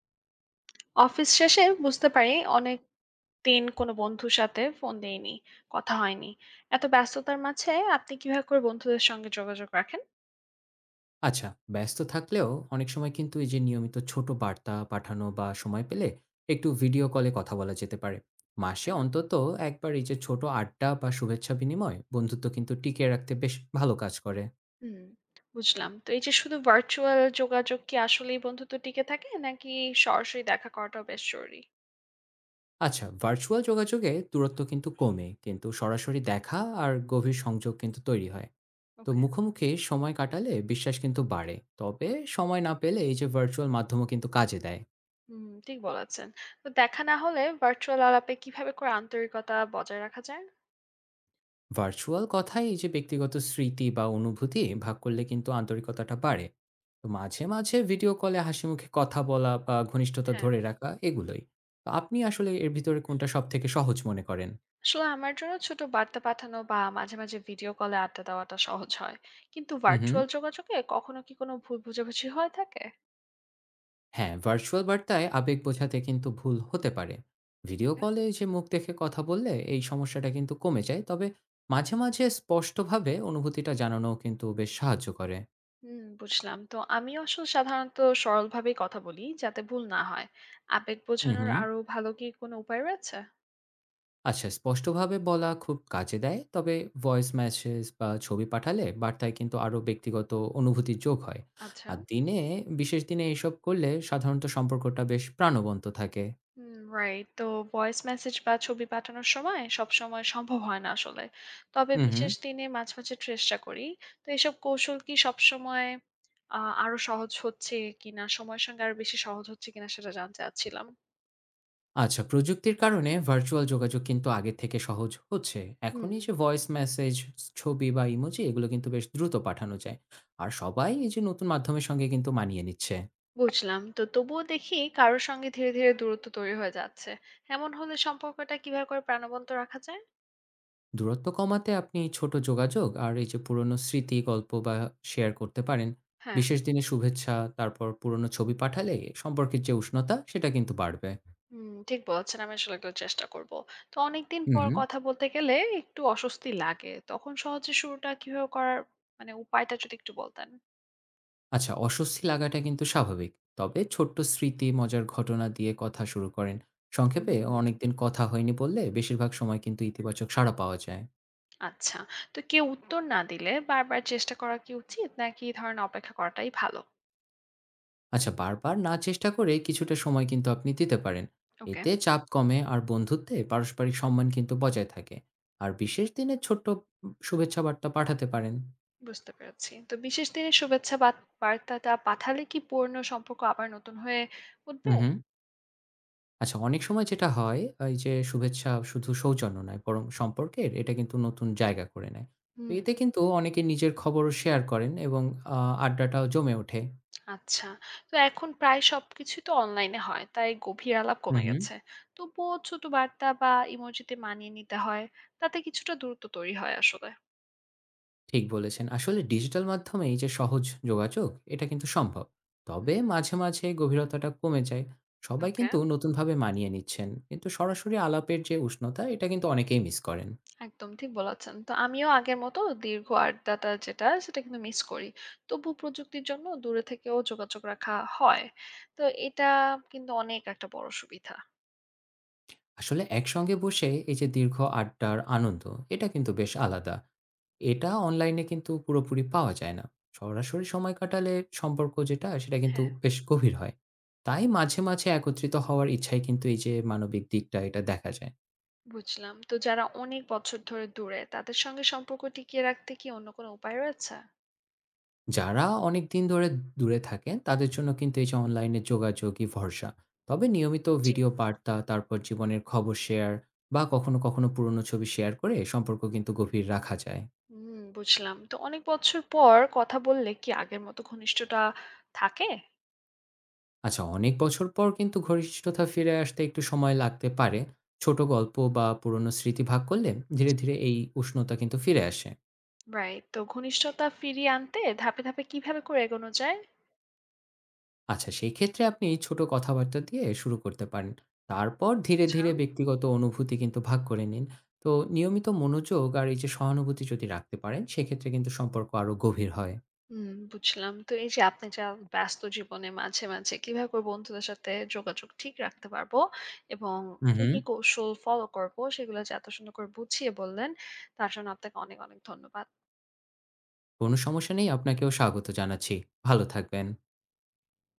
Office শেষে বুঝতে পারি অনেক দিন কোনো বন্ধুর সাথে ফোন দেইনি, কথা হয়নি। এত ব্যস্ততার মাঝে আপনি কিভাবে করে বন্ধুদের সঙ্গে যোগাযোগ রাখেন? আচ্ছা, ব্যস্ত থাকলেও অনেক সময় কিন্তু এই যে নিয়মিত ছোট বার্তা পাঠানো বা সময় পেলে একটু ভিডিও কলে কথা বলা যেতে পারে। মাসে আচ্ছা। অন্তত একবার এই যে ছোট আড্ডা বা শুভেচ্ছা বিনিময় বন্ধুত্ব কিন্তু টিকিয়ে রাখতে বেশ ভালো কাজ করে। হুম, বুঝলাম। তো এই যে শুধু ভার্চুয়াল যোগাযোগ কি আসলেই বন্ধুত্ব টিকে থাকে, নাকি সরাসরি দেখা করাটাও বেশ জরুরি? আচ্ছা, ভার্চুয়াল যোগাযোগে দূরত্ব কিন্তু কমে, কিন্তু সরাসরি দেখা আর গভীর সংযোগ কিন্তু তৈরি হয়। তো ওকে। মুখোমুখি সময় কাটালে বিশ্বাস কিন্তু বাড়ে। তবে সময় না পেলে এই যে ভার্চুয়াল মাধ্যমও কিন্তু কাজে দেয়। হুম, ঠিক বলেছেন। তো দেখা না হলে ভার্চুয়াল আলাপে কিভাবে করে আন্তরিকতা বজায় রাখা যায়? ভার্চুয়াল কথায় এই যে ব্যক্তিগত স্মৃতি বা অনুভূতি ভাগ করলে কিন্তু আন্তরিকতাটা বাড়ে। তো মাঝে মাঝে ভিডিও কলে হাসি মুখে কথা বলা বা ঘনিষ্ঠতা হ্যাঁ, ধরে রাখা এগুলোই। তো আপনি আসলে এর ভিতরে কোনটা সব থেকে সহজ মনে করেন? আসলে আমার জন্য ছোট বার্তা পাঠানো বা মাঝে মাঝে ভিডিও কলে আড্ডা দেওয়াটা সহজ হয়। কিন্তু হুম, হুম। ভার্চুয়াল যোগাযোগে কখনো কি কোনো ভুল বোঝাবুঝি হয়ে থাকে? হ্যাঁ, ভার্চুয়াল বার্তায় আবেগ বোঝাতে কিন্তু ভুল হতে পারে। ভিডিও কলে যে মুখ দেখে কথা বললে এই সমস্যাটা কিন্তু কমে যায়। তবে মাঝে মাঝে স্পষ্টভাবে অনুভূতিটা জানানো কিন্তু বেশ সাহায্য করে। হুম, বুঝলাম। তো আমি আসলে সাধারণত সরলভাবেই কথা বলি যাতে ভুল না হয়। আবেগ হুম বোঝানোর হুম আরো ভালো কি কোনো উপায় রয়েছে? আচ্ছা, স্পষ্টভাবে বলা খুব কাজে দেয়। তবে ভয়েস মেসেজ বা ছবি পাঠালে বার্তায় কিন্তু আরও ব্যক্তিগত অনুভূতি যোগ হয়। আচ্ছা। আর দিনে বিশেষ দিনে এসব করলে সাধারণত সম্পর্কটা বেশ প্রাণবন্ত থাকে। হুম, রাইট। তো ভয়েস মেসেজ বা ছবি পাঠানোর সময় সবসময় সম্ভব হয় না আসলে। তবে হুম, হুম। বিশেষ দিনে মাঝে, মাঝে চেষ্টা করি। তো এসব কৌশল কি সবসময় আ আরো সহজ হচ্ছে কিনা, সময়ের সঙ্গে আরো বেশি সহজ হচ্ছে কিনা সেটা জানতে চাচ্ছিলাম। আচ্ছা, প্রযুক্তির কারণে ভার্চুয়াল যোগাযোগ কিন্তু আগের থেকে সহজ হচ্ছে। এখন হুম, এই যে ভয়েস মেসেজ, ছবি বা ইমোজি এগুলো কিন্তু বেশ দ্রুত পাঠানো যায়। আর সবাই এই যে নতুন মাধ্যমের সঙ্গে কিন্তু মানিয়ে নিচ্ছে। বুঝলাম। তো তবুও দেখি কারো সঙ্গে ধীরে, ধীরে দূরত্ব তৈরি হয়ে যাচ্ছে। এমন হলে সম্পর্কটা কিভাবে করে প্রাণবন্ত রাখা যায়? দূরত্ব কমাতে আপনি এই ছোট যোগাযোগ আর এই যে পুরনো স্মৃতি গল্প বা শেয়ার করতে পারেন। হ্যাঁ। বিশেষ দিনে শুভেচ্ছা তারপর পুরনো ছবি পাঠালে সম্পর্কের যে উষ্ণতা সেটা কিন্তু বাড়বে। হুম, ঠিক বলেছেন। আমি আসলে এগুলো চেষ্টা করব। তো অনেকদিন পর হুম। কথা বলতে গেলে একটু অস্বস্তি লাগে। তখন সহজে শুরুটা কিভাবে করার, মানে উপায়টা যদি একটু বলতেন? আচ্ছা, অস্বস্তি লাগাটা কিন্তু স্বাভাবিক। তবে ছোট্ট স্মৃতি মজার ঘটনা দিয়ে কথা শুরু করেন হুম, সংক্ষেপে। হুম। অনেকদিন কথা হয়নি বললে বেশিরভাগ সময় কিন্তু ইতিবাচক সাড়া পাওয়া যায়। আচ্ছা। তো কেউ উত্তর না দিলে বারবার চেষ্টা করা কি উচিত? নাকি ধরেন অপেক্ষা করাটাই ভালো? আচ্ছা, বারবার না চেষ্টা করে কিছুটা সময় কিন্তু আপনি দিতে পারেন। ওকে, এতে চাপ কমে আর বন্ধুত্বে পারস্পরিক সম্মান কিন্তু বজায় থাকে। আর বিশেষ দিনে ছোট্ট শুভেচ্ছা বার্তা পাঠাতে পারেন। বুঝতে পেরেছি। তো বিশেষ দিনে শুভেচ্ছা বার্তাটা পাঠালে কি পুরনো সম্পর্ক আবার নতুন হয়ে হুম উঠবে? হুম আচ্ছা, অনেক সময় যেটা হয়, এই যে শুভেচ্ছা শুধু সৌজন্য নয় বরং সম্পর্কের এটা কিন্তু নতুন জায়গা করে নেয়। তো হুম। এতে কিন্তু অনেকে নিজের খবরও শেয়ার করেন এবং আড্ডাটাও জমে ওঠে। আচ্ছা। তো এখন প্রায় সবকিছুই তো অনলাইনে হয়। তাই গভীর আলাপ হুম কমে হুম গেছে। তবুও ছোট বার্তা বা ইমোজিতে মানিয়ে নিতে হয়। তাতে কিছুটা দূরত্ব তৈরি হয় আসলে। ঠিক বলেছেন। আসলে ডিজিটাল মাধ্যমে এই যে সহজ যোগাযোগ, এটা কিন্তু সম্ভব। তবে হুম, মাঝে, মাঝে গভীরতাটা কমে যায়। সবাই ওকে। কিন্তু নতুনভাবে মানিয়ে নিচ্ছেন। কিন্তু সরাসরি আলাপের যে উষ্ণতা, এটা কিন্তু অনেকেই মিস করেন। একদম ঠিক বলেছেন। তো আমিও আগের মতো দীর্ঘ আড্ডাটা যেটা, সেটা কিন্তু মিস করি। তবু প্রযুক্তির জন্য দূরে থেকেও যোগাযোগ রাখা হয়। তো এটা কিন্তু অনেক একটা বড় সুবিধা। আসলে একসঙ্গে বসে এই যে দীর্ঘ আড্ডার আনন্দ, এটা কিন্তু বেশ আলাদা। এটা অনলাইনে কিন্তু পুরোপুরি পাওয়া যায় না। সরাসরি সময় কাটালে সম্পর্ক যেটা, সেটা কিন্তু হ্যাঁ, বেশ গভীর হয়। তাই মাঝে, মাঝে একত্রিত হওয়ার ইচ্ছায় কিন্তু এই যে মানবিক দিকটা, এটা দেখা যায়। বুঝলাম। তো যারা অনেক বছর ধরে দূরে, তাদের সঙ্গে সম্পর্ক টিকিয়ে রাখতে কি অন্য কোনো উপায় রয়েছে? যারা অনেকদিন ধরে দূরে থাকেন তাদের জন্য কিন্তু এই যে অনলাইনে যোগাযোগই ভরসা। তবে নিয়মিত ভিডিও বার্তা তারপর জীবনের খবর শেয়ার বা কখনো কখনো পুরনো ছবি শেয়ার করে সম্পর্ক কিন্তু গভীর রাখা যায়। হুম, বুঝলাম। তো অনেক বছর পর কথা বললে কি আগের মতো ঘনিষ্ঠটা থাকে? আচ্ছা, অনেক বছর পর কিন্তু ঘনিষ্ঠতা ফিরে আসতে একটু সময় লাগতে পারে। ছোট গল্প বা পুরনো স্মৃতি ভাগ করলে ধীরে ধীরে এই উষ্ণতা কিন্তু ফিরে আসে। রাইট। তো ঘনিষ্ঠতা ফিরিয়ে আনতে ধাপে, ধাপে কিভাবে করে এগোনো যায়? আচ্ছা, সেই ক্ষেত্রে আপনি ছোট কথাবার্তা দিয়ে শুরু করতে পারেন। তারপর ধীরে, আচ্ছা। ধীরে ব্যক্তিগত অনুভূতি কিন্তু ভাগ করে নিন। তো নিয়মিত মনোযোগ আর এই যে সহানুভূতি যদি রাখতে পারেন, সেক্ষেত্রে কিন্তু সম্পর্ক আরো গভীর হয়। হুম, বুঝলাম। তো এই যে আপনি যা ব্যস্ত জীবনে মাঝে, মাঝে কিভাবে করে বন্ধুদের সাথে যোগাযোগ ঠিক রাখতে পারবো এবং হুম, কি, হুম। কি কৌশল ফলো করব সেগুলো যে এত সুন্দর করে বুঝিয়ে বললেন, তার জন্য আপনাকে অনেক, অনেক ধন্যবাদ। কোনো সমস্যা নেই, আপনাকেও স্বাগত জানাচ্ছি। ভালো থাকবেন।